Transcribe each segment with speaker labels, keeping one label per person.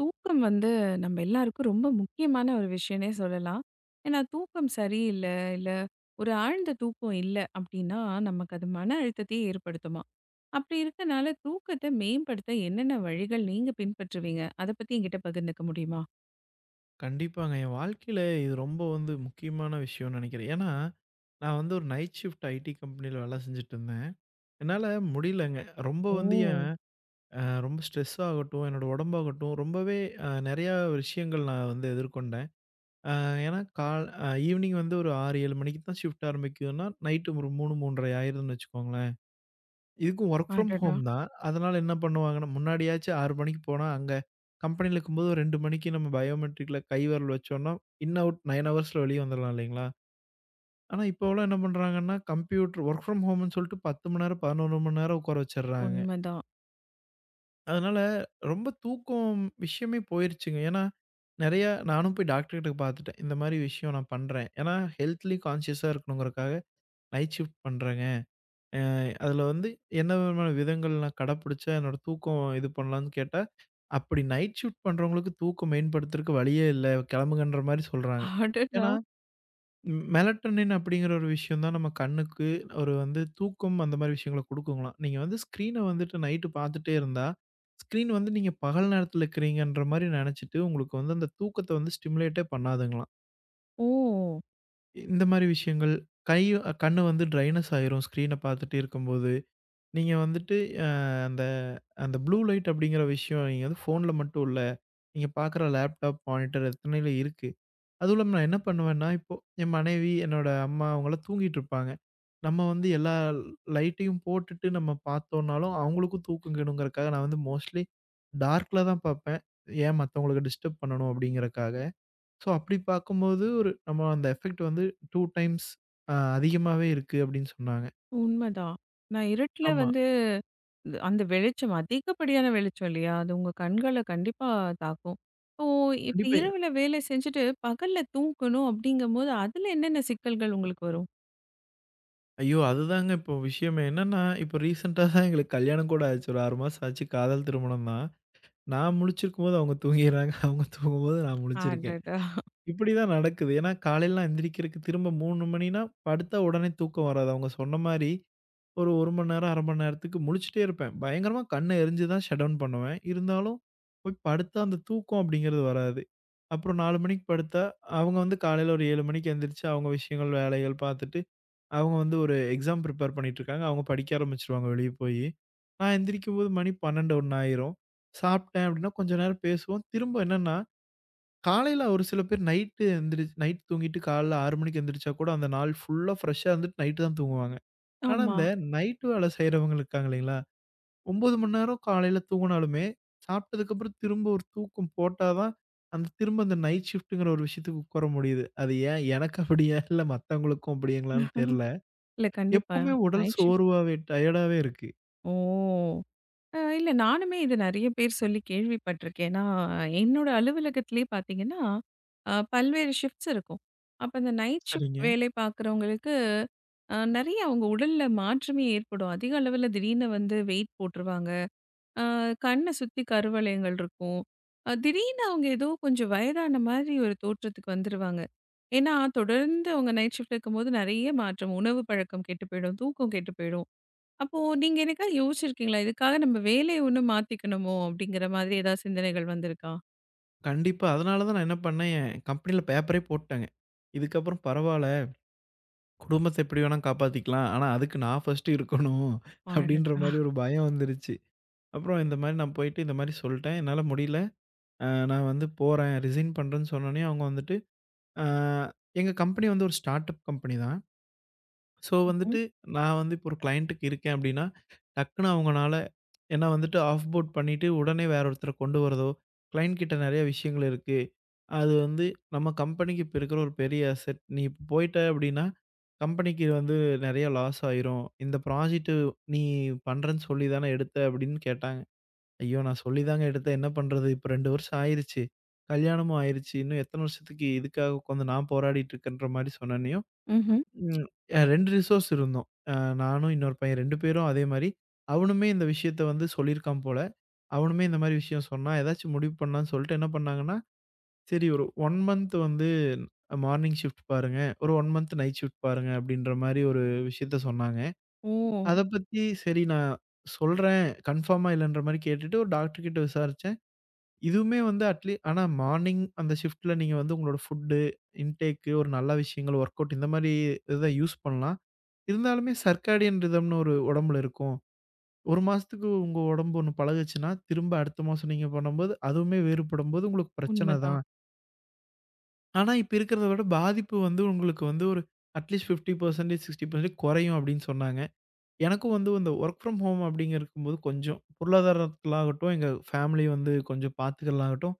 Speaker 1: தூக்கம் வந்து நம்ம எல்லாருக்கும் ரொம்ப முக்கியமான ஒரு விஷயம்னே சொல்லலாம். ஏன்னா தூக்கம் சரியில்ல, இல்ல ஒரு ஆழ்ந்த தூக்கம் இல்ல அப்டின்னா, நமக்கு அது மன அழுத்தத்தையே ஏற்படுத்துமாம். அப்டி இருக்கனால தூக்கத்த மேம்படுத்த என்னென்ன வழிகள் நீங்க பின்பற்றுவீங்க? அத பத்தி என்கிட்ட பகிர்ந்துக்க முடியுமா?
Speaker 2: கண்டிப்பாங்க. என் வாழ்க்கையில இது ரொம்ப வந்து முக்கியமான விஷயம்னு நெனைக்கிறேன். ஏன்னா, நான் வந்து ஒரு நைட் ஷிஃப்ட் ஐடி கம்பெனியில வேல செஞ்சுட்டுருந்தேன். என்னால முடியலங்க. ரொம்ப வந்து என்
Speaker 1: ஓ!
Speaker 2: ரொம்ப ஸ்ட்ரெஸ் ஆகட்டும், என்னோட உடம்பாகட்டும், ரொம்பவே நெறையா விஷயங்கள் நான் வந்து எதிர்கொண்டேன். அ ஏன்னா கால் ஈவினிங் வந்து ஒரு 6, 7 மணிக்கு தான் ஷிஃப்ட் ஆரம்பிக்குதுன்னா, நைட்டு ஒரு 3, 3:30 ஆயிருதுன்னு வச்சுக்கோங்களேன். இதுக்கும் வொர்க் ஃப்ரம்
Speaker 1: அடடா!
Speaker 2: ஹோம் தான். அதனால என்ன பண்ணுவாங்கன்னா, முன்னாடியாச்சும் 6 மணிக்கு போனா, அங்க கம்பெனில இருக்கும்போது ஒரு 2 மணிக்கு நம்ம பயோமெட்ரிக்ல கைவிரல் வச்சோம்னா, இன் அவுட் 9 ஹவர்ஸ்ல வெளிய வந்துரலாம் இல்லைங்களா? ஆனா இப்போவெல்லாம் என்ன பண்றாங்கன்னா, கம்ப்யூட்டர் வொர்க் ஃப்ரம் ஹோம்ன்னு சொல்லிட்டு 10 மணி நேரம், 11 மணி நேரம் உட்கார வச்சர்றாங்க.
Speaker 1: உண்மதான்.
Speaker 2: அதனால ரொம்ப தூக்கம் விஷயமே போயிருச்சுங்க. ஏன்னா, நெறையா நானும் போய் டாக்டர் கிட்ட பாத்துட்டேன். இந்த மாரி விஷயம் நான் பண்றேன். ஏன்னா ஹெல்த்லயும் கான்ஷியஸா இருக்கணுங்கிறக்காக நைட் ஷிஃப்ட் பண்றேங்க. அ அதில வந்து என்ன விதமான விதங்கள் நான் கடைப்பிடிச்சா என்னோட தூக்கம் இது பண்ணலான்னு கேட்டா, அப்படி நைட் ஷிஃப்ட் பண்றவங்களுக்கு தூக்கம் மேம்படுத்துறதுக்கு வழியே இல்ல. கிளம்புங்கன்ற மாரி சொல்றாங்க.
Speaker 1: அடடா!
Speaker 2: ஏன்னா, மெலட்டனின் அப்படிங்கிற ஒரு விஷயம் தான் நம்ம கண்ணுக்கு ஒரு வந்து தூக்கம் அந்த மாரி விஷயங்கள குடுக்குங்களாம். நீங்க வந்து ஸ்க்ரீன வந்துட்டு நைட்டு பார்த்துட்டே இருந்தா, ஸ்க்ரீன் வந்து நீங்க பகல் நேரத்தில இருக்கிறீங்கன்ற மாரி நெனைச்சுட்டு, உங்களுக்கு வந்து அந்த தூக்கத்த வந்து ஸ்டிமுலேட்டே பண்ணாதுங்களாம்.
Speaker 1: ஓ!
Speaker 2: இந்த மாரி விஷயங்கள் கை கண்ணு வந்து ட்ரைனஸ் ஆயிரும் ஸ்க்ரீன பார்த்துட்டே இருக்கும்போது. நீங்க வந்துட்டு அ அந்த அந்த ப்ளூ லைட் அப்படிங்கிற விஷயம் நீங்க வந்து ஃபோன்ல மட்டும் இல்ல. நீங்க பார்க்குற லேப்டாப், மானிட்டர் எத்தனையில இருக்கு. அதுவும் இல்லாம நான் என்ன பண்ணுவேன்னா, இப்போ என் மனைவி, என்னோட அம்மா அவங்கலாம் தூங்கிட்டு இருப்பாங்க. நம்ம வந்து எல்லா லைட்டையும் போட்டுட்டு நம்ம பார்த்தோம்னாலும், அவங்களுக்கும் தூக்கம் கெடுங்கிறக்காக நான் வந்து மோஸ்ட்லி டார்க்ல தான் பார்ப்பேன். ஏன் மத்தவங்களுக்கு டிஸ்டர்ப் பண்ணணும் அப்படிங்கிறக்காக. ஸோ அப்படி பார்க்கும்போது ஒரு நம்ம அந்த எஃபெக்ட் வந்து 2 டைம்ஸ் அதிகமாவே இருக்கு அப்படின்னு சொன்னாங்க.
Speaker 1: உண்மதான். நான் இருட்டுல
Speaker 2: ஆமா.
Speaker 1: வந்து அந்த வெளிச்சம் அதிகப்படியான வெளிச்சம் இல்லையா? அது உங்க கண்கள கண்டிப்பா தாக்கும். இப்போ
Speaker 2: கண்டிப்பா
Speaker 1: இரவுல வேலை செஞ்சுட்டு பகல்ல தூங்கணும் அப்படிங்கும்போது, அதுல என்னென்ன சிக்கல்கள் உங்களுக்கு வரும்?
Speaker 2: ஐயோ! அதுதாங்க இப்போ விஷயமே. என்னன்னா, இப்போ ரீசென்ட்டா தான் எங்களுக்கு கல்யாணம் கூட ஆச்சு. ஒரு 6 மாசம் ஆச்சு. காதல் திருமணம் தான். நான் முழிச்சிருக்கும்போது அவங்க தூங்கிர்றாங்க. அவங்க தூங்கும்போது நான் முழிச்சிருக்கேன்.
Speaker 1: அடடா!
Speaker 2: இப்படி தான் நடக்குது. ஏன்னா, காலையிலலாம் எந்திரிக்கிறதுக்கு திரும்ப 3 மணினா, படுத்தா உடனே தூக்கம் வராது. அவங்க சொன்ன மாரி, ஒரு 1 மணி நேரம், 1/2 மணி நேரத்துக்கு முழிச்சிட்டே இருப்பேன். பயங்கரமா கண்ண எரிஞ்சு தான் ஷட் டவுன் பண்ணுவேன். இருந்தாலும், போய் படுத்தா அந்த தூக்கம் அப்படிங்கிறது வராது. அப்புறம் 4 மணிக்கு படுத்தா, அவங்க வந்து காலையில ஒரு 7 மணிக்கு எந்திரிச்சு, அவங்க விஷயங்கள், வேலைகள் பார்த்துட்டு அவங்க வந்து ஒரு எக்ஸாம் ப்ரிப்பேர் பண்ணிட்டுருக்காங்க. அவங்க படிக்க ஆரம்பிச்சுருவாங்க வெளிய போயி. நான் எந்திரிக்கும்போது மணி 12, 1 ஆயிரும். சாப்பிட்டேன் அப்டின்னா கொஞ்சம் நேரம் பேசுவோம். திரும்ப என்னன்னா, காலையில ஒரு சில பேர் நைட்டு எந்திரி நைட் தூங்கிட்டு காலைல 6 மணிக்கு எந்திரிச்சா கூட அந்த நாள் ஃபுல்லா ஃப்ரெஷ்ஷா இருந்துட்டு நைட்டு தான் தூங்குவாங்க. ஆனா,
Speaker 1: ஆமா.
Speaker 2: இந்த நைட் வேல செய்றவங்க இருக்காங்க இல்லைங்களா? 9 மணி நேரம் காலையில தூங்குனாலுமே, சாப்பிட்டதுக்கப்புறம் திரும்ப ஒரு தூக்கம் போட்டா தான், அந்த திரும்ப அந்த நைட் ஷிஃப்ட்ங்கிற ஒரு விஷயத்துக்கு உட்கார முடியுது. அது ஏன் எனக்கு அப்படியா? இல்ல மத்தவங்களுக்கும் அப்படிங்களான்னு தெர்ல.
Speaker 1: இல்ல கண்டிப்பா.
Speaker 2: எப்பவுமே உடல்
Speaker 1: நைட் ஷிஃப்ட்.
Speaker 2: சோர்வாவே, டயர்டாவே இருக்கு.
Speaker 1: ஓ! இல்ல நானுமே இது நெறைய பேர் சொல்லி கேள்விப்பட்டுருக்கேன். ஏன்னா, என்னோட அலுவலகத்திலேயே பார்த்தீங்கன்னா, பல்வேறு ஷிஃப்ட்ஸ் இருக்கும். அப்ப இந்த நைட் ஷிஃப்ட்
Speaker 2: சரிங்க.
Speaker 1: வேலை பார்க்குறவங்களுக்கு, நெறைய அவங்க உடல்ல மாற்றமே ஏற்படும். அதிக அளவில திடீர்னு வந்து வெயிட் போட்டுருவாங்க. அ கண்ண சுத்தி கருவளையங்கள் இருக்கும். திடீர்னு அவங்க ஏதோ கொஞ்சம் வயதான மாதிரி ஒரு தோற்றத்துக்கு வந்துருவாங்க. ஏன்னா, தொடர்ந்து அவங்க நைட் ஷிஃப்ட் இருக்கும்போது நெறைய மாற்றம். உணவு பழக்கம் கெட்டு போயிடும், தூக்கம் கெட்டு போயிடும். அப்போ நீங்க என்னைக்காவது யோசிச்சிருக்கீங்களா? இதுக்காக நம்ம வேலைய ஒண்ணு மாத்திக்கணுமோ! அப்படிங்கிற மாதிரி ஏதாவது சிந்தனைகள் வந்திருக்கா?
Speaker 2: கண்டிப்பா. அதனால தான் நான் என்ன பண்ணேன், என் கம்பெனில பேப்பரே போட்டுட்டேங்க. இதுக்கப்புறம் பரவால்ல, குடும்பத்த எப்படி வேணா காப்பாத்திக்கலாம். ஆனா அதுக்கு நான் ஃபர்ஸ்ட்டு இருக்கணும். அப்படின்ற
Speaker 1: அடடா!
Speaker 2: மாரி ஒரு பயம் வந்துருச்சு. அப்புறம் இந்த மாரி நான் போயிட்டு இந்த மாரி சொல்ட்டேன். என்னால முடியல. நான் வந்து போறேன். ரிசைன் பண்றேன்னு சொன்னோனே, அவங்க வந்துட்டு அ எங்க கம்பெனி வந்து ஒரு ஸ்டார்ட் அப் கம்பெனி தான். ஸோ
Speaker 1: ம்ஹ்ம்.
Speaker 2: வந்துட்டு நான் வந்து இப்போ ஒரு கிளையன்ட்டுக்கு இருக்கேன் அப்படின்னா, டக்குனு அவங்கனால ஏன்னா வந்துட்டு ஆஃப் போட் பண்ணிட்டு உடனே வேற ஒருத்தர கொண்டு வரதோ, கிளையண்ட் கிட்ட நெறைய விஷயங்கள் இருக்கு. அது வந்து நம்ம கம்பெனிக்கு இப்ப இருக்கிற ஒரு பெரிய அசெட். நீ இப்ப போயிட்ட அப்டின்னா, கம்பெனிக்கு வந்து நெறைய லாஸ் ஆயிரும். இந்த ப்ராஜெக்ட் நீ பண்றேன்னு சொல்லி தானே எடுத்த அப்டின்னு கேட்டாங்க. ஐயோ! நான் சொல்லி தாங்க எடுத்தேன். என்ன பண்றது? இப்ப 2 வருஷம் ஆயிருச்சு. கல்யாணமும் ஆயிருச்சு. இன்னும் எத்தன வருஷத்துக்கு இதுக்காக உட்காந்து நான் போராடிட்டு இருக்கேன்ற மாரி சொன்னோனே
Speaker 1: ம்ஹ்ம்.
Speaker 2: ம். 2 ரிசோர்ஸ் இருந்தோம். அ நானும் இன்னொரு பையன் 2 பேரும் அதே மாரி, அவனுமே இந்த விஷயத்த வந்து சொல்லியிருக்கான் போல. அவனுமே இந்த மாரி விஷயம் சொன்னா, ஏதாச்சும் முடிவு பண்ணலான்னு சொல்லிட்டு என்ன பண்ணாங்கன்னா, சரி ஒரு 1 மந்த் வந்து மார்னிங் ஷிஃப்ட் பாருங்க. ஒரு 1 மந்த் நைட் ஷிஃப்ட் பாருங்க அப்படின்ற மாரி ஒரு விஷயத்த சொன்னாங்க.
Speaker 1: ஓ!
Speaker 2: அத பத்தி சரி நான் சொல்றேன். கன்ஃபார்மா இல்லன்ற மாரி கேட்டுட்டு ஒரு டாக்டர் கிட்ட விசாரிச்சேன். இதுவுமே வந்து அட்லீ ஆனா மார்னிங் அந்த ஷிஃப்ட்ல நீங்க வந்து உங்களோட ஃபுட்டு, இன்டேக்கு ஒரு நல்ல விஷயங்கள், ஒர்க் அவுட் இந்த மாரி இத யூஸ் பண்ணலாம். இருந்தாலுமே சர்க்காடியன் ரிதம்னு ஒரு உடம்புல இருக்கும். 1 மாசத்துக்கு உங்க உடம்பு ஒண்ணு பழகுச்சுன்னா, திரும்ப அடுத்த மாசம் நீங்க பண்ணும்போது, அதுவுமே வேறுபடும்போது உங்களுக்கு பிரச்சனை
Speaker 1: உண்மதான்.
Speaker 2: தான். ஆனா, இப்ப இருக்கிறத விட பாதிப்பு வந்து உங்களுக்கு வந்து ஒரு அட்லீஸ்ட் 50%, 60% குறையும் அப்படின்னு சொன்னாங்க. எனக்கும் வந்து இந்த ஒர்க் ஃப்ரம் ஹோம் அப்படிங்க இருக்கும்போது கொஞ்சம் பொருளாதாரத்தில ஆகட்டும், எங்க ஃபேமிலி வந்து கொஞ்சம் பார்த்துக்கிறதுல ஆகட்டும்,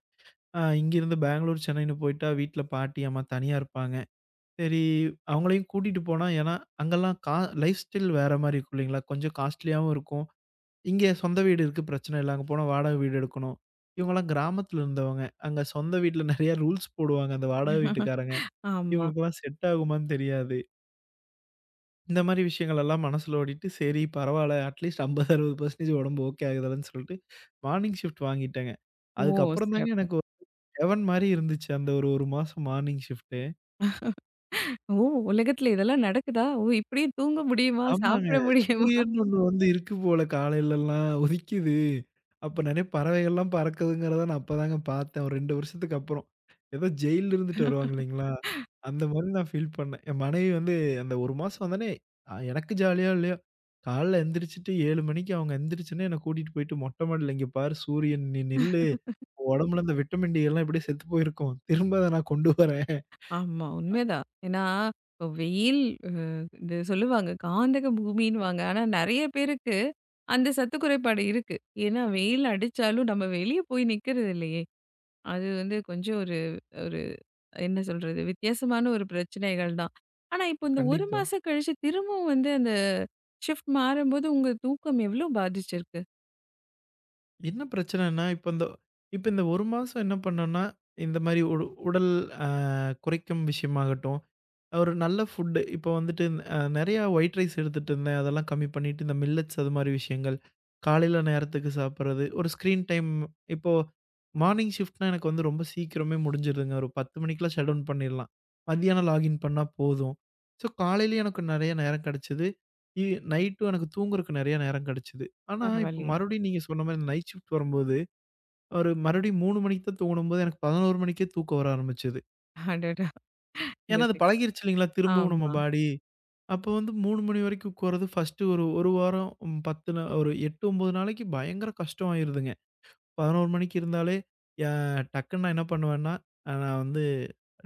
Speaker 2: இங்கிருந்து பெங்களூர், சென்னைன்னு போயிட்டா வீட்ல பாட்டி, அம்மா தனியா இருப்பாங்க. சரி, அவங்களையும் கூட்டிட்டு போனா, ஏன்னா அங்கலாம் லைஃப் ஸ்டைல் வேற மாரி இருக்கும் இல்லைங்களா? கொஞ்சம் காஸ்ட்லியாவும் இருக்கும். இங்க சொந்த வீடு இருக்கு பிரச்சனை இல்ல. அங்க போனா வாடகை வீடு எடுக்கணும். இவங்கலாம் கிராமத்துல இருந்தவங்க. அங்க சொந்த வீட்ல நெறைய ரூல்ஸ் போடுவாங்க அந்த வாடகை வீட்டுக்காரங்க.
Speaker 1: ஆமா.
Speaker 2: இவங்களுக்கெல்லாம் செட் ஆகுமான்னு தெரியாது. இந்த மாரி விஷயங்கள் எல்லாம் மனசுல ஓடிட்டு, சரி பரவால்ல அட்லீஸ்ட் 50, 60% உடம்பு ஓகே ஆகுதுல்லன்னு சொல்லிட்டு, மார்னிங் ஷிஃப்ட் வாங்கிட்டேங்க.
Speaker 1: ஓ!
Speaker 2: அதுக்கப்புறம் தாங்க
Speaker 1: சிறப்பு.
Speaker 2: எனக்கு ஒரு ஹெவன் மாரி இருந்துச்சு. அந்த ஒரு 1 மாசம் மார்னிங் ஷிஃப்ட்.
Speaker 1: ஓ! உலகத்துல இதெல்லாம் நடக்குதா? ஓ! இப்படியே தூங்க முடியுமா?
Speaker 2: ஆமாங்க.
Speaker 1: சாப்பிட முடியுமா?
Speaker 2: சூரியன் ஒண்ணு வந்து இருக்கு போல காலையிலலாம் உதிக்குது. அப்ப நெறைய பறவைகள்லாம் பறக்குதுங்கிறத நான் அப்பதாங்க பார்த்தேன். ஒரு 2 வருஷத்துக்கு அப்புறம். ஏதோ ஜெயில்ல இருந்துட்டு வருவாங்க இல்லைங்களா? அந்த மாரி நான் ஃபீல் பண்ணேன். என் மனைவி வந்து அந்த 1 மாசம் வந்தோனே எனக்கு ஜாலியோ இல்லையோ, காலைல எந்திரிச்சுட்டு 7 மணிக்கு அவங்க எந்திரிச்சோனே என்ன கூட்டிட்டு போயிட்டு மொட்ட மாடில, "இங்க பாரு சூரியன் நீ நில்லு. உடம்புல இந்த விட்டமின் டி எல்லாம் இப்படியே செத்து போயிருக்கும். திரும்ப அத நான் கொண்டு வரேன்."
Speaker 1: ஆமா, உண்மைதான். ஏன்னா, இப்போ வெயில் அ இது சொல்லுவாங்க காந்தக பூமின்னுவாங்க. ஆனா, நெறைய பேருக்கு அந்த சத்து குறைபாடு இருக்கு. ஏன்னா, வெயில் அடிச்சாலும் நம்ம வெளிய போய் நிக்கிறது இல்லையே! அது வந்து கொஞ்சம் ஒரு ஒரு என்ன சொல்றது? வித்தியாசமான ஒரு பிரச்சனைகள் தான். ஆனா, இப்போ இந்த 1
Speaker 2: கண்டிப்பா.
Speaker 1: மாசம் கழிச்சு திரும்பவும் வந்து அந்த ஷிஃப்ட் மாறும்போது உங்க தூக்கம் எவ்ளோ பாதிச்சிருக்கு?
Speaker 2: என்ன பிரச்சனைன்னா, இப்ப இந்த இப்ப இந்த 1 மாசம் என்ன பண்ணோம்னா, இந்த மாரி உடல் அ குறைக்கும் விஷயமாகட்டும், ஒரு நல்ல ஃபுட்டு இப்போ வந்துட்டு நெறையா ஒயிட் ரைஸ் எடுத்துட்டு இருந்தேன். அதெல்லாம் கம்மி பண்ணிட்டு, இந்த மில்லட்ஸ் அது மாரி விஷயங்கள், காலையில நேரத்துக்கு சாப்பிடுறது, ஒரு ஸ்க்ரீன் டைம் இப்போ மார்னிங் ஷிஃப்ட்னா எனக்கு வந்து ரொம்ப சீக்கிரமே முடிஞ்சிருதுங்க. ஒரு 10 மணிக்கெல்லாம் ஷட் டவுன் பண்ணிடலாம். மதியானம் லாகின் பண்ணா போதும். ஸோ, காலையிலயும் எனக்கு நெறைய நேரம் கெடைச்சது. இ நைட்டும் எனக்கு தூங்குறதுக்கு நெறைய நேரம் கெடைச்சது. ஆனா, இப்ப
Speaker 1: பரவாயில்லையே!
Speaker 2: மறுபடியும் நீங்க சொன்ன மாரி இந்த நைட் ஷிஃப்ட் வரும்போது, ஒரு மறுபடியும் 3 மணிக்கு தான் தூங்கணும்போது, எனக்கு 11 மணிக்கே தூக்கம் வர ஆரம்பிச்சது.
Speaker 1: அடடா! இந்த
Speaker 2: ஏன்னா, அது
Speaker 1: சி
Speaker 2: பழகிருச்சு இல்லைங்களா? திரும்பவும் நம்ம
Speaker 1: ஆமா.
Speaker 2: பாடி. அப்போ வந்து 3 மணி வரைக்கும் உட்கார்றது ஃபர்ஸ்ட்டு ஒரு 1 வாரம் 10 நா ஒரு 8, 9 நாளைக்கு பயங்கர கஷ்டம் ஆயிருதுங்க. 11 மணிக்கு இருந்தாலே, யா டக்குன்னு நான் என்ன பண்ணுவேன்னா, நான் வந்து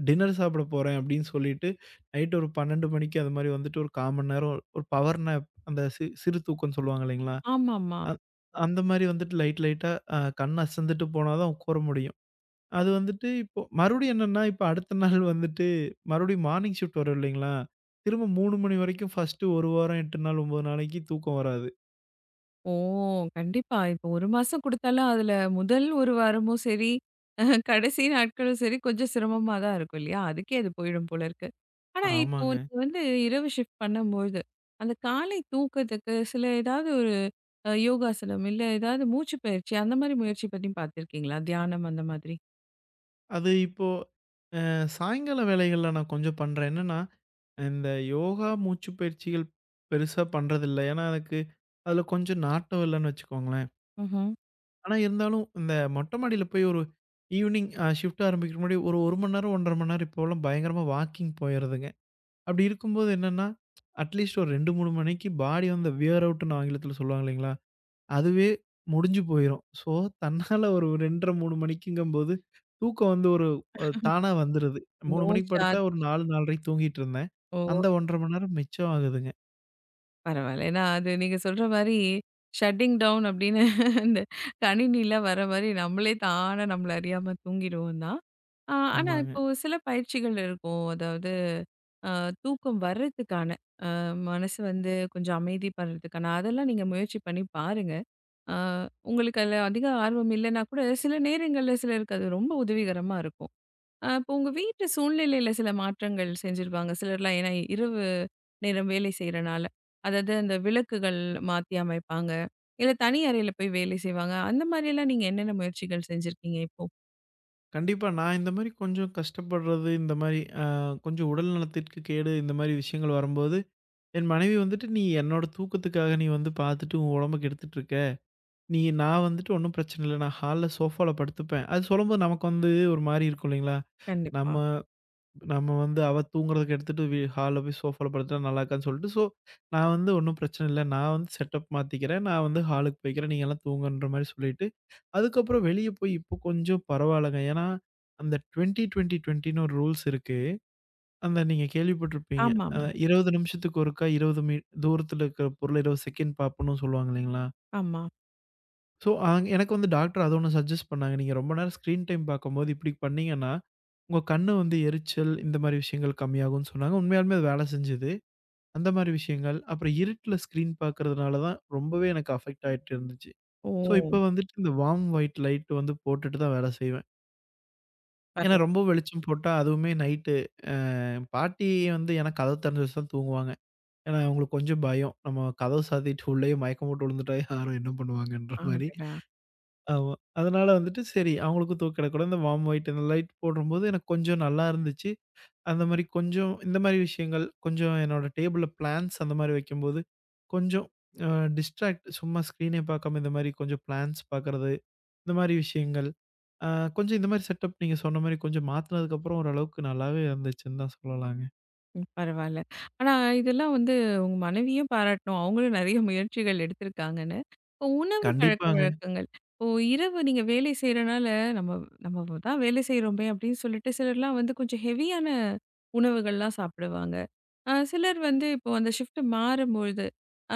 Speaker 2: டின்னர் சாப்பிட போறேன் அப்படின்னு சொல்லிட்டு, நைட் ஒரு 12 மணிக்கு அது மாரி வந்துட்டு ஒரு 1/4 மணி நேரம் ஒரு பவர் நேப் அந்த சிறு தூக்கம்ன்னு சொல்லுவாங்க இல்லைங்களா?
Speaker 1: ஆமாமா.
Speaker 2: அந் அந்த மாரி வந்துட்டு லைட் லைட்டா கண் அசந்துட்டு போனா தான் உட்கார முடியும். அது வந்துட்டு இப்போ மறுபடியும் என்னன்னா, இப்ப அடுத்த நாள் வந்துட்டு மறுபடியும் மார்னிங் ஷிஃப்ட் வரும் இல்லைங்களா? திரும்ப 3 மணி வரைக்கும் ஃபர்ஸ்ட் 1 வாரம் 8 நாள் 9 நாளைக்கு தூக்கம் வராது.
Speaker 1: ஓ! கண்டிப்பா. இப்போ 1 மாசம் குடுத்தாலும் அதுல முதல் 1 வாரமும் சரி, கடைசி நாட்களும் சரி கொஞ்சம் சிரமமா தான் இருக்கும் இல்லையா? அதுக்கே அது போயிடும் போல இருக்கு. ஆனா, இப்போ
Speaker 2: ஆமாங்க.
Speaker 1: நீங்க வந்து இரவு ஷிஃப்ட் பண்ணும்போது, அந்த காலை தூக்கத்துக்கு சில ஏதாவது ஒரு யோகாசனம் இல்ல ஏதாவது மூச்சு பயிற்சி அந்த மாரி முயற்சி பண்ணி பார்த்துருக்கீங்களா? தியானம் அந்த மாதிரி?
Speaker 2: அது இப்போ சாயங்கால வேலைகள்ல நான் கொஞ்சம் பண்றேன். என்னன்னா, இந்த யோகா மூச்சு பயிற்சிகள் பெருசா பண்றதில்ல. ஏன்னா எனக்கு அதுல கொஞ்சம் நாட்டம் இல்லன்னு வச்சுக்கோங்க.
Speaker 1: ம்ஹ்ம்.
Speaker 2: ஆனா இருந்தாலும், இந்த மொட்ட மாடியில போய் ஒரு ஈவினிங் ஷிஃப்ட் ஆரம்பிக்கிற முன்னாடி ஒரு 1 மணி நேரம், 1 1/2 மணி நேரம் இப்போலாம் பயங்கரமா வாக்கிங் போயிறதுங்க. அப்படி இருக்கும்போது என்னன்னா, அட்லீஸ்ட் ஒரு 2, 3 மணிக்கு பாடி வந்து வியர் அவுட்ன்னு ஆங்கிலத்தில சொல்லுவாங்க இல்லைங்களா? அதுவே முடிஞ்சு போயிரும். ஸோ, தன்னால ஒரு 2 1/2, 3 மணிக்குங்கம்போது தூக்கம் வந்து ஒரு தானா வந்துருது. 3
Speaker 1: நோ
Speaker 2: மணிக்கு படுத்தா
Speaker 1: சார்ஜ்.
Speaker 2: ஒரு 4, 4 1/2 தூங்கிட்டு இருந்தேன்.
Speaker 1: ஓ!
Speaker 2: அந்த 1 1/2 மணி நேரம் மிச்சம் ஆகுதுங்க.
Speaker 1: பரவால்ல. ஏன்னா அது நீங்க சொல்ற மாரி ஷட்டிங் டவுன் அப்படின்னு இந்த கணினிலாம் வர மாரி நம்மளே தானா நம்மள அறியாம தூங்கிடுவோம் தான். ஆனா
Speaker 2: ஆமாங்க.
Speaker 1: இப்போ சில பயிற்சிகள் இருக்கும். அதாவது அ தூக்கம் வர்றதுக்கான அ மனசு வந்து கொஞ்சம் அமைதிப்படுறதுக்கான அதெல்லாம் நீங்க முயற்சி பண்ணி பாருங்க. அ உங்களுக்கு அதுல அதிக ஆர்வம் இல்லன்னா கூட சில நேரங்கள்ல சிலருக்கு அது ரொம்ப உதவிகரமா இருக்கும். இப்போ உங்க வீட்டு சூழ்நிலையில சில மாற்றங்கள் செஞ்சிருப்பாங்க. சிலர்லாம் ஏன்னா இரவு நேரம் வேலை செய்றனால. அதாவது அந்த விளக்குகள் மாத்தி அமைப்பாங்க. இல்ல தனி அறையில போய் வேலை செய்வாங்க. அந்த மாரிலாம் நீங்க என்னென்ன முயற்சிகள் செஞ்சிருக்கீங்க இப்போ?
Speaker 2: கண்டிப்பா. நான் இந்த மாரி கொஞ்சம் கஷ்டப்படுறது, இந்த மாரி கொஞ்சம் உடல் நலத்திற்கு கேடு இந்த மாரி விஷயங்கள் வரும்போது, என் மனைவி வந்துட்டு, "நீ என்னோட தூக்கத்துக்காக நீ வந்து பார்த்துட்டு உன் உடம்ப கெடுத்துட்டு இருக்க. நீ நான் வந்துட்டு ஒண்ணும் பிரச்சனை இல்ல. நான் ஹால்ல சோஃபால படுத்துப்பேன்." அது சொல்லும்போது நமக்கு வந்து ஒரு மாரி இருக்கும் இல்லைங்களா?
Speaker 1: கண்டிப்பா.
Speaker 2: நம்ம நம்ம வந்து அவ தூங்குறத கெடுத்துட்டு ஹால்ல போய் சோஃபால படுத்தா நல்லா இருக்காதுன்னு சொல்லிட்டு, ஸோ நான் வந்து, "ஒண்ணும் பிரச்சனை இல்ல. நான் வந்து செட்டப் மாத்திக்கிறேன். நான் வந்து ஹாலுக்கு போய்க்கிறேன். நீங்கலாம் தூங்குங்கன்ற" மாரி சொல்லிட்டு அதுக்கப்புறம் வெளிய போய் இப்போ கொஞ்சம் பரவால்லங்க. ஏன்னா, அந்த 20, 20, 20ன்னு ஒரு ரூல்ஸ் இருக்கு. அந்த நீங்க கேள்விப்பட்டிருப்பீங்க. அ
Speaker 1: ஆமாமா.
Speaker 2: 20 நிமிஷத்துக்கு ஒருக்கா 20 தூரத்தில இருக்கிற பொருள 20 செகண்ட் பாப்பணும்னு சொல்லுவாங்க இல்லைங்களா?
Speaker 1: ஆமா. ஆமா.
Speaker 2: ஸோ, எனக்கு வந்து டாக்டர் அது ஒண்ணு சஜெஸ்ட் பண்ணாங்க. நீங்க ரொம்ப நேரம் ஸ்க்ரீன் டைம் பாக்கும்போது இப்படி பண்ணீங்கன்னா, உங்க கண்ணு வந்து எரிச்சல் இந்த மாரி விஷயங்கள் கம்மியாகும்னு சொன்னாங்க. உண்மையாலுமே அது வேலை செஞ்சது. அந்த மாரி விஷயங்கள். அப்புறம் இருட்டுல ஸ்க்ரீன் பாக்குறதுனால தான் ரொம்பவே எனக்கு அஃபெக்ட் ஆயிட்டு இருந்துச்சு.
Speaker 1: ஓ!
Speaker 2: ஸோ, இப்ப வந்துட்டு இந்த வார்ம் ஒயிட் லைட் வந்து போட்டுட்டு தான் வேலை செய்வேன். ஏன்னா
Speaker 1: பரவால்ல.
Speaker 2: ரொம்ப வெளிச்சம் போட்டா அதுவுமே நைட்டு அ பாட்டி வந்து ஏன்னா கதவு திறந்து வச்சு தான் தூங்குவாங்க. ஏன்னா அவங்களுக்கு கொஞ்சம் பயம். நம்ம கதவு சாத்திட்டு உள்ளயே மயக்கம் போட்டு விழுந்துட்டா யாரும் என்ன பண்ணுவாங்கன்ற மாரி.
Speaker 1: அடடா!
Speaker 2: ஆமா. அதனால வந்துட்டு சரி அவங்களுக்கும் தூக்கம் கெடக்கூடாது. இந்த வார்ம் ஒயிட் இந்த லைட் போடும்போது எனக்கு கொஞ்சம் நல்லா இருந்துச்சு. அந்த மாரி கொஞ்சம் இந்த மாரி விஷயங்கள், கொஞ்சம் என்னோட டேபிள்ல பிளான்ட்ஸ் அந்த மாரி வைக்கும்போது, கொஞ்சம் அ டிஸ்ட்ராக்ட் சும்மா ஸ்க்ரீனே பார்க்காம இந்த மாரி கொஞ்சம் பிளான்ட்ஸ் பார்க்கறது, இந்த மாரி விஷயங்கள். அ கொஞ்சம் இந்த மாரி செட்டப் நீங்க சொன்ன மாரி கொஞ்சம் மாத்துனதுக்கப்புறம் ஓரளவுக்கு நல்லாவே இருந்துச்சுன்னு தான் சொல்லலாங்க.
Speaker 1: ம். பரவால்ல. ஆனா இதெல்லாம் வந்து உங்க மனைவியும் பாராட்டணும். அவங்களும் நெறைய முயற்சிகள் எடுத்திருக்காங்கன்னு. இப்போ உணவு
Speaker 2: கண்டிப்பாங்க.
Speaker 1: பழக்கவழக்கங்கள். இப்போ இரவு நீங்க வேலை செய்றனால, நம்ம நம்ம தான் வேலை செய்றோமே அப்படின்னு சொல்லிட்டு சிலர்லாம் வந்து கொஞ்சம் ஹெவியான உணவுகள்லாம் சாப்பிடுவாங்க. சிலர் வந்து இப்போ அந்த ஷிஃப்ட் மாறும்பொழுது,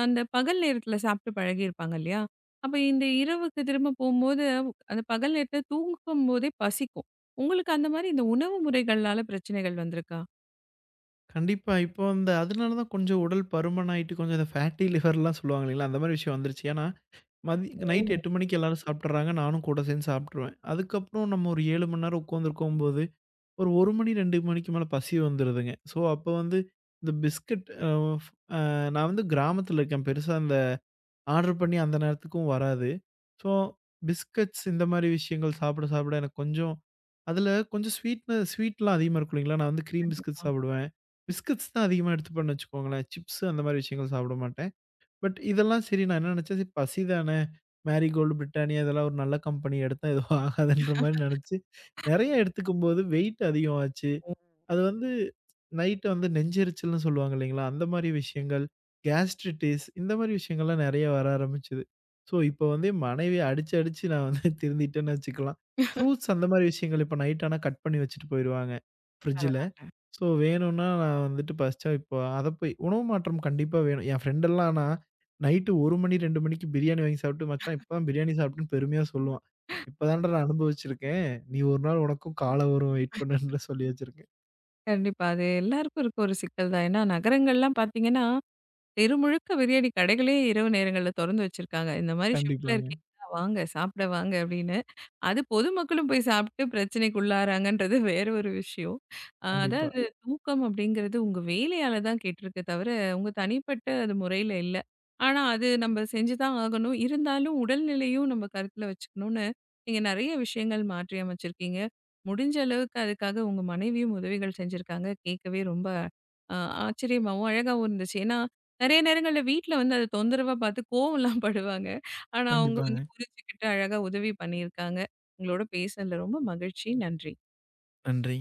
Speaker 1: அந்த பகல் நேரத்தில சாப்பிட்டு பழகியிருப்பாங்க இல்லையா? அப்ப இந்த இரவுக்கு திரும்ப போம்போது, அந்த பகல் நேரத்தில தூங்கும்போதே பசிக்கும். உங்களுக்கு அந்த மாரி இந்த உணவு முறைகள்னால பிரச்சனைகள் வந்திருக்கா?
Speaker 2: கண்டிப்பா. இப்போ அந்த அதனால தான் கொஞ்சம் உடல் பருமன் ஆயிட்டு கொஞ்சம் இந்த ஃபேட்டி லிவர்லாம் சொல்லுவாங்க இல்லைங்களா? அந்த மாரி விஷயம் வந்துருச்சு. ஏன்னா, நைட் 8 மணிக்கு எல்லாரும் சாப்பிட்டுர்றாங்க. நானும் கூட சேர்ந்து சாப்பிட்டுருவேன். அதுக்கப்புறம் நம்ம ஒரு 7 மணி நேரம் உட்காந்துருக்கும்போது ஒரு 1 மணி 2 மணிக்கு மேல பசி வந்துருதுங்க. ஸோ, அப்ப வந்து இந்த பிஸ்கட் ஃப் அ நான் வந்து கிராமத்துல இருக்கேன். பெருசா அந்த ஆர்டர் பண்ணி அந்த நேரத்துக்கும் வராது. ஸோ, பிஸ்கட்ஸ் இந்த மாரி விஷயங்கள் சாப்பிட, சாப்பிட எனக்கு கொஞ்சம் அதுல கொஞ்சம் ஸ்வீட்னு ஸ்வீட்லாம் அதிகமா இருக்கும் இல்லைங்களா? நான் வந்து கிரீம் பிஸ்கட்
Speaker 1: கண்டிப்பா.
Speaker 2: சாப்பிடுவேன். பிஸ்கட்ஸ் தான் அதிகமா எடுத்துப்பேன்னு வச்சுக்கோங்களேன். சிப்ஸ் அந்த மாரி விஷயங்கள் சாப்பிட மாட்டேன். பட் இதெல்லாம் சரி நான் என்ன நினைச்சேன், "சரி பசி தானே, மேரிகோல்டு, பிரிட்டானியா இதெல்லாம் ஒரு நல்ல கம்பெனி எடுத்தா எதுவும் ஆகாதுன்ற" மாரி நெனச்சு நெறைய எடுத்துக்கும்போது வெயிட் அதிகமாச்சு. அது வந்து நைட்டு வந்து நெஞ்செரிச்சல்னு சொல்லுவாங்க இல்லைங்களா? அந்த மாரி விஷயங்கள், கேஸ்ட்ரிடிஸ் இந்த மாரி விஷயங்கள்லாம் நெறைய வர ஆரம்பிச்சது. ஸோ, இப்போ வந்து என் மனைவிய அடிச்சு, அடிச்சு நான் வந்து திருந்திட்டேன்னு வச்சுக்கலாம். ஃப்ரூட்ஸ் அந்த மாரி விஷயங்கள் இப்போ நைட் ஆனா கட் பண்ணி வச்சுட்டு போயிருவாங்க, ஃப்ரிட்ஜில.
Speaker 1: உண்மதான்.
Speaker 2: ஸோ, வேணும்னா நான் வந்துட்டு பசிச்சா இப்போ அத போய் உணவு மாற்றம் கண்டிப்பா வேணும். என் ஃப்ரெண்டெல்லாம் நான் நைட்டு 1 மணி, 2 மணிக்கு பிரியாணி வாங்கி சாப்பிட்டு, "மச்சான் இப்ப தான் பிரியாணி சாப்பிட்டேன்னு" பெருமையா சொல்லுவான். "இப்ப தான்டா நான் அனுபவிச்சிருக்கேன். நீ ஒரு நாள் உனக்கும் காலம் வரும் வெயிட் பண்ணுன்ற" சொல்லி வச்சிருக்கேன்.
Speaker 1: கண்டிப்பா. அது எல்லாருக்கும் இருக்க ஒரு சிக்கல் தான். ஏன்னா நகரங்கள்லாம் பார்த்தீங்கன்னா, தெரு முழுக்க பிரியாணி கடைகளே இரவு நேரங்கள்ல தொறந்து வச்சிருக்காங்க. இந்த மாரி ஷிஃப்ட்ல
Speaker 2: கண்டிப்பாங்க.
Speaker 1: இருக்கீங்களா? வாங்க சாப்பிட வாங்க அப்படின்னு. அது பொதுமக்களும் போய் சாப்பிட்டு பிரச்சனைக்கு உள்ளாராங்கன்றது வேற ஒரு விஷயம்.
Speaker 2: கண்டிப்பா,
Speaker 1: அதாவது தூக்கம் அப்படிங்கிறது உங்க வேலையால தான் கெட்டிருக்கே தவிர, உங்க தனிப்பட்ட அது முறையில இல்ல. ஆனா அது நம்ம செஞ்சு தான் ஆகணும். இருந்தாலும் உடல்நிலையும் நம்ம கருத்துல வச்சுக்கணும்னு, நீங்க நெறைய விஷயங்கள் மாற்றி அமைச்சிருக்கீங்க. முடிஞ்ச அளவுக்கு அதுக்காக உங்க மனைவியும் உதவிகள் செஞ்சிருக்காங்க. கேட்கவே ரொம்ப அ ஆச்சரியமாவும், அழகாவும் இருந்துச்சு. ஏன்னா, நெறைய நேரங்கள்ல வீட்ல வந்து அத தொந்தரவா பார்த்து கோவம்லாம் படுவாங்க. ஆனா அவங்க வந்து
Speaker 2: கண்டிப்பாங்க.
Speaker 1: புரிஞ்சுகிட்டு அழகா உதவி பண்ணியிருக்காங்க. உங்களோட பேசுனதுல ரொம்ப மகிழ்ச்சி. நன்றி.
Speaker 2: நன்றி.